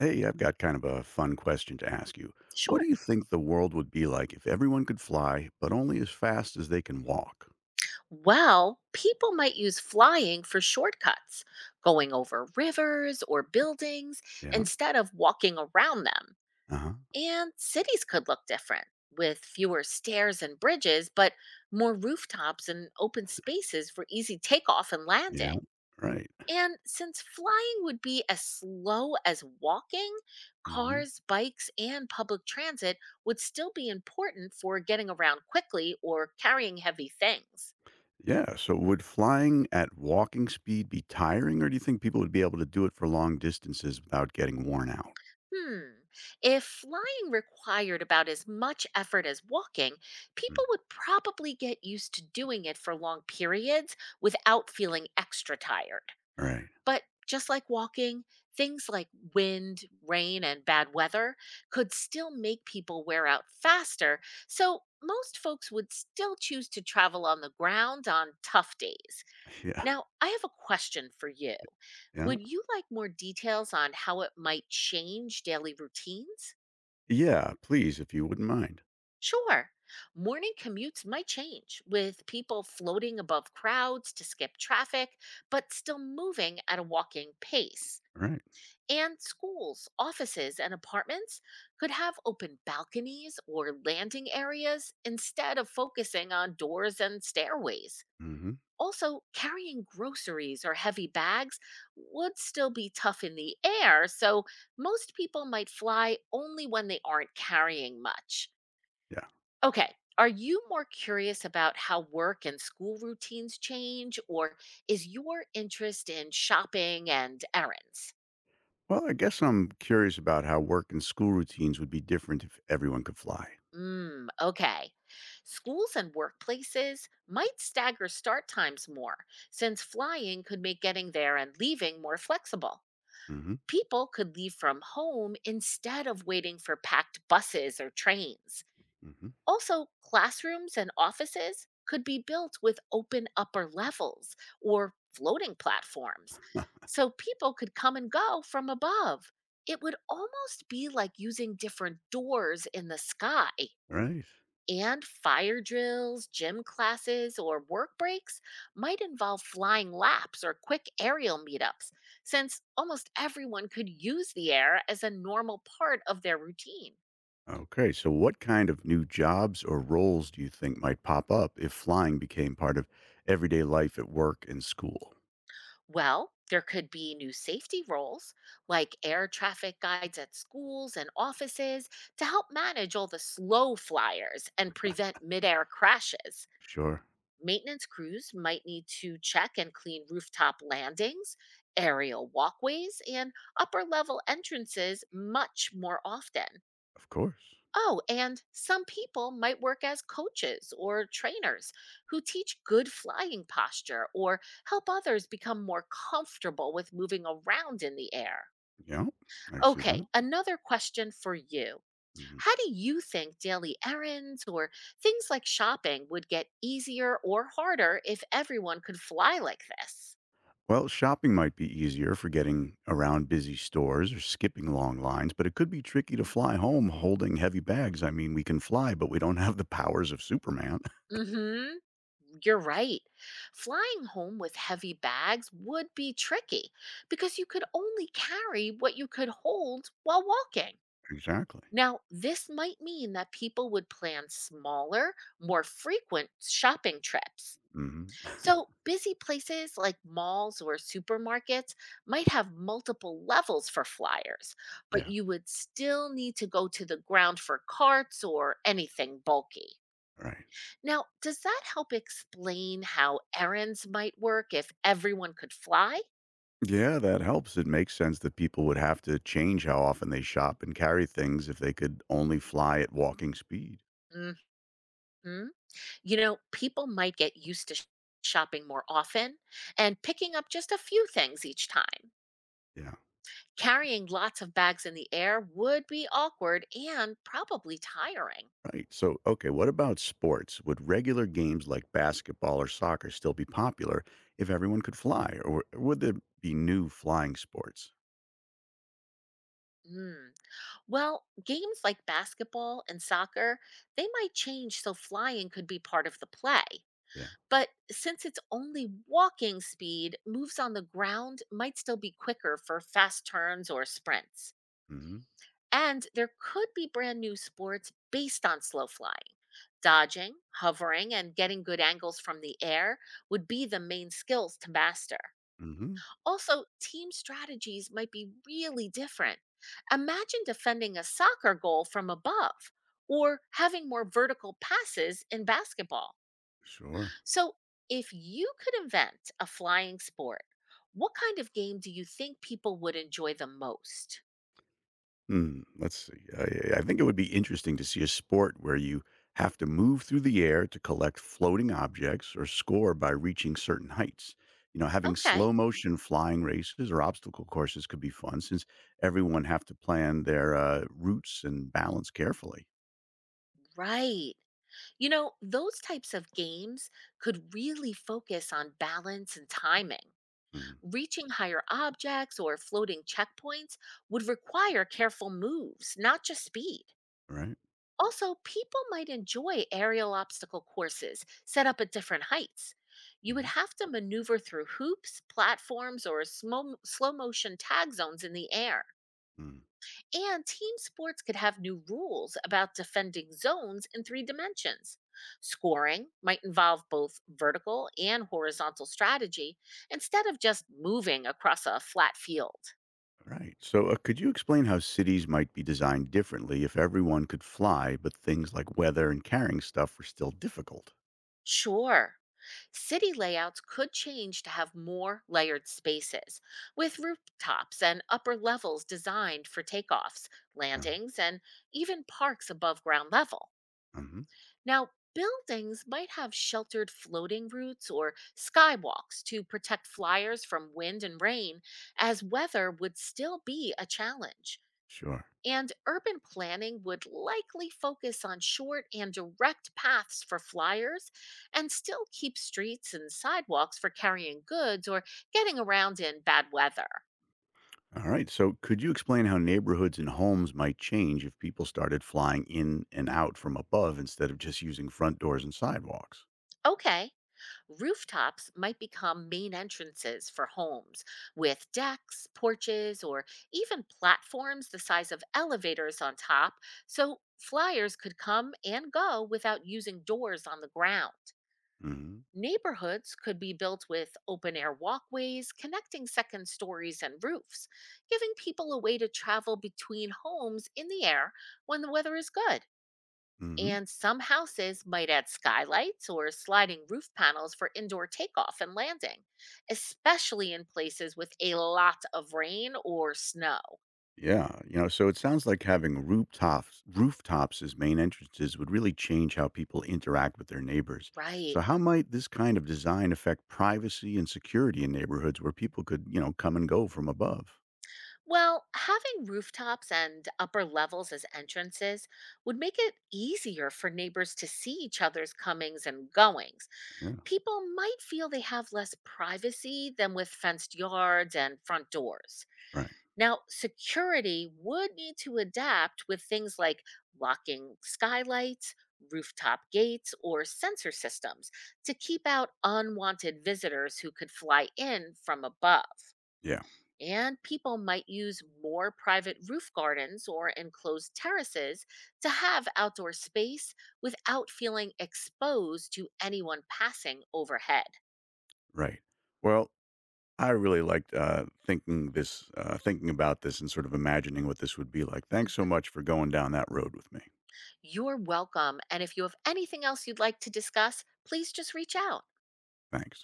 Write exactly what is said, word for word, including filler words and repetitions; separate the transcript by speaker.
Speaker 1: Hey, I've got kind of a fun question to ask you. What
Speaker 2: Sure.
Speaker 1: do you think the world would be like if everyone could fly, but only as fast as they can walk?
Speaker 2: Well, people might use flying for shortcuts, going over rivers or buildings
Speaker 1: Yeah.
Speaker 2: instead of walking around them.
Speaker 1: Uh huh.
Speaker 2: And cities could look different with fewer stairs and bridges, but more rooftops and open spaces for easy takeoff and
Speaker 1: Yeah.
Speaker 2: landing.
Speaker 1: Right.
Speaker 2: And since flying would be as slow as walking,
Speaker 1: Hmm.
Speaker 2: cars, bikes, and public transit would still be important for getting around quickly or carrying heavy things.
Speaker 1: Yeah. So, would flying at walking speed be tiring, or do you think people would be able to do it for long distances without getting worn out?
Speaker 2: Hmm. If flying required about as much effort as walking,
Speaker 1: Mm.
Speaker 2: people would probably get used to doing it for long periods without feeling extra tired.
Speaker 1: Right.
Speaker 2: But just like walking, things like wind, rain, and bad weather could still make people wear out faster. So most folks would still choose to travel on the ground on tough days.
Speaker 1: Yeah.
Speaker 2: Now, I have a question for you.
Speaker 1: Yeah.
Speaker 2: Would you like more details on how it might change daily routines?
Speaker 1: Yeah. Please, if you wouldn't mind.
Speaker 2: Sure. Morning commutes might change with people floating above crowds to skip traffic, but still moving at a walking pace.
Speaker 1: All right.
Speaker 2: And schools, offices, and apartments could have open balconies or landing areas instead of focusing on doors and stairways.
Speaker 1: Mm-hmm.
Speaker 2: Also, carrying groceries or heavy bags would still be tough in the air, so most people might fly only when they aren't carrying much.
Speaker 1: Yeah.
Speaker 2: Okay, are you more curious about how work and school routines change, or is your interest in shopping and errands?
Speaker 1: Well, I guess I'm curious about how work and school routines would be different if everyone could fly.
Speaker 2: Mm, okay. Schools and workplaces might stagger start times more, since flying could make getting there and leaving more flexible.
Speaker 1: Mm-hmm.
Speaker 2: People could leave from home instead of waiting for packed buses or trains.
Speaker 1: Mm-hmm.
Speaker 2: Also, classrooms and offices could be built with open upper levels or floating platforms, so people could come and go from above. It would almost be like using different doors in the sky.
Speaker 1: Right.
Speaker 2: And fire drills, gym classes, or work breaks might involve flying laps or quick aerial meetups, since almost everyone could use the air as a normal part of their routine.
Speaker 1: Okay. So, what kind of new jobs or roles do you think might pop up if flying became part of everyday life at work and school?
Speaker 2: Well, there could be new safety roles, like air traffic guides at schools and offices, to help manage all the slow flyers and prevent midair crashes.
Speaker 1: Sure.
Speaker 2: Maintenance crews might need to check and clean rooftop landings, aerial walkways, and upper level entrances much more often.
Speaker 1: Of course.
Speaker 2: Oh, and some people might work as coaches or trainers who teach good flying posture or help others become more comfortable with moving around in the air.
Speaker 1: Yeah. I see
Speaker 2: Okay,
Speaker 1: that.
Speaker 2: another question for you:
Speaker 1: Mhm.
Speaker 2: how do you think daily errands or things like shopping would get easier or harder if everyone could fly like this?
Speaker 1: Well, shopping might be easier for getting around busy stores or skipping long lines, but it could be tricky to fly home holding heavy bags. I mean, we can fly, but we don't have the powers of Superman.
Speaker 2: Mhm. You're right. Flying home with heavy bags would be tricky because you could only carry what you could hold while walking.
Speaker 1: Exactly.
Speaker 2: Now, this might mean that people would plan smaller, more frequent shopping trips.
Speaker 1: Hmm.
Speaker 2: So, busy places like malls or supermarkets might have multiple levels for flyers, but
Speaker 1: Yeah.
Speaker 2: you would still need to go to the ground for carts or anything bulky.
Speaker 1: Right.
Speaker 2: Now, does that help explain how errands might work if everyone could fly?
Speaker 1: Yeah, that helps. It makes sense that people would have to change how often they shop and carry things if they could only fly at walking speed.
Speaker 2: Hmm. You know, people might get used to sh- shopping more often and picking up just a few things each time.
Speaker 1: Yeah,
Speaker 2: Carrying lots of bags in the air would be awkward and probably tiring.
Speaker 1: right. So, okay, what about sports? Would regular games like basketball or soccer still be popular if everyone could fly, or would there be new flying sports?
Speaker 2: Mm. Well, games like basketball and soccer, they might change so flying could be part of the play.
Speaker 1: Yeah.
Speaker 2: But since it's only walking speed, moves on the ground might still be quicker for fast turns or sprints.
Speaker 1: Mm-hmm.
Speaker 2: And there could be brand new sports based on slow flying. Dodging, hovering, and getting good angles from the air would be the main skills to master.
Speaker 1: Hmm.
Speaker 2: Also, team strategies might be really different. Imagine defending a soccer goal from above or having more vertical passes in basketball.
Speaker 1: Sure.
Speaker 2: So, if you could invent a flying sport, what kind of game do you think people would enjoy the most?
Speaker 1: Mm, let's see. I, I think it would be interesting to see a sport where you have to move through the air to collect floating objects or score by reaching certain heights. You know, having
Speaker 2: Okay,
Speaker 1: slow motion flying races or obstacle courses could be fun since everyone have to plan their uh, routes and balance carefully.
Speaker 2: right. You know, those types of games could really focus on balance and timing.
Speaker 1: Mm,
Speaker 2: Reaching higher objects or floating checkpoints would require careful moves, not just speed.
Speaker 1: right.
Speaker 2: Also, people might enjoy aerial obstacle courses set up at different heights. You would
Speaker 1: Mm-hmm.
Speaker 2: have to maneuver through hoops, platforms, or slow, slow motion tag zones in the air.
Speaker 1: Hmm. Mm,
Speaker 2: And team sports could have new rules about defending zones in three dimensions. Scoring might involve both vertical and horizontal strategy instead of just moving across a flat field.
Speaker 1: right. So, uh, could you explain how cities might be designed differently if everyone could fly, but things like weather and carrying stuff were still difficult?
Speaker 2: Sure, city layouts could change to have more layered spaces, with rooftops and upper levels designed for takeoffs,
Speaker 1: Uh,
Speaker 2: landings, and even parks above ground level.
Speaker 1: mhm,
Speaker 2: Now, buildings might have sheltered floating roofs or skywalks to protect flyers from wind and rain, as weather would still be a challenge.
Speaker 1: Sure.
Speaker 2: And urban planning would likely focus on short and direct paths for flyers and still keep streets and sidewalks for carrying goods or getting around in bad weather.
Speaker 1: All right. So, could you explain how neighborhoods and homes might change if people started flying in and out from above instead of just using front doors and sidewalks?
Speaker 2: Okay, rooftops might become main entrances for homes with decks, porches, or even platforms the size of elevators on top, so flyers could come and go without using doors on the ground.
Speaker 1: Hmm.
Speaker 2: Neighborhoods could be built with open air walkways connecting second stories and roofs, giving people a way to travel between homes in the air when the weather is good.
Speaker 1: Hmm.
Speaker 2: And some houses might add skylights or sliding roof panels for indoor takeoff and landing, especially in places with a lot of rain or snow.
Speaker 1: Yeah. You know, so it sounds like having rooftops, rooftops as main entrances would really change how people interact with their neighbors.
Speaker 2: Right.
Speaker 1: So, how might this kind of design affect privacy and security in neighborhoods where people could, you know, come and go from above?
Speaker 2: Well, having rooftops and upper levels as entrances would make it easier for neighbors to see each other's comings and goings.
Speaker 1: Yeah.
Speaker 2: People might feel they have less privacy than with fenced yards and front doors.
Speaker 1: Right.
Speaker 2: Now, security would need to adapt with things like locking skylights, rooftop gates, or sensor systems to keep out unwanted visitors who could fly in from above.
Speaker 1: Yeah.
Speaker 2: And people might use more private roof gardens or enclosed terraces to have outdoor space without feeling exposed to anyone passing overhead.
Speaker 1: Right. Well, I really liked, uh, thinking this uh, thinking about this and sort of imagining what this would be like. Thanks so
Speaker 2: Mhm.
Speaker 1: much for going down that road with me.
Speaker 2: You're welcome. And if you have anything else you'd like to discuss, please just reach out.
Speaker 1: Thanks.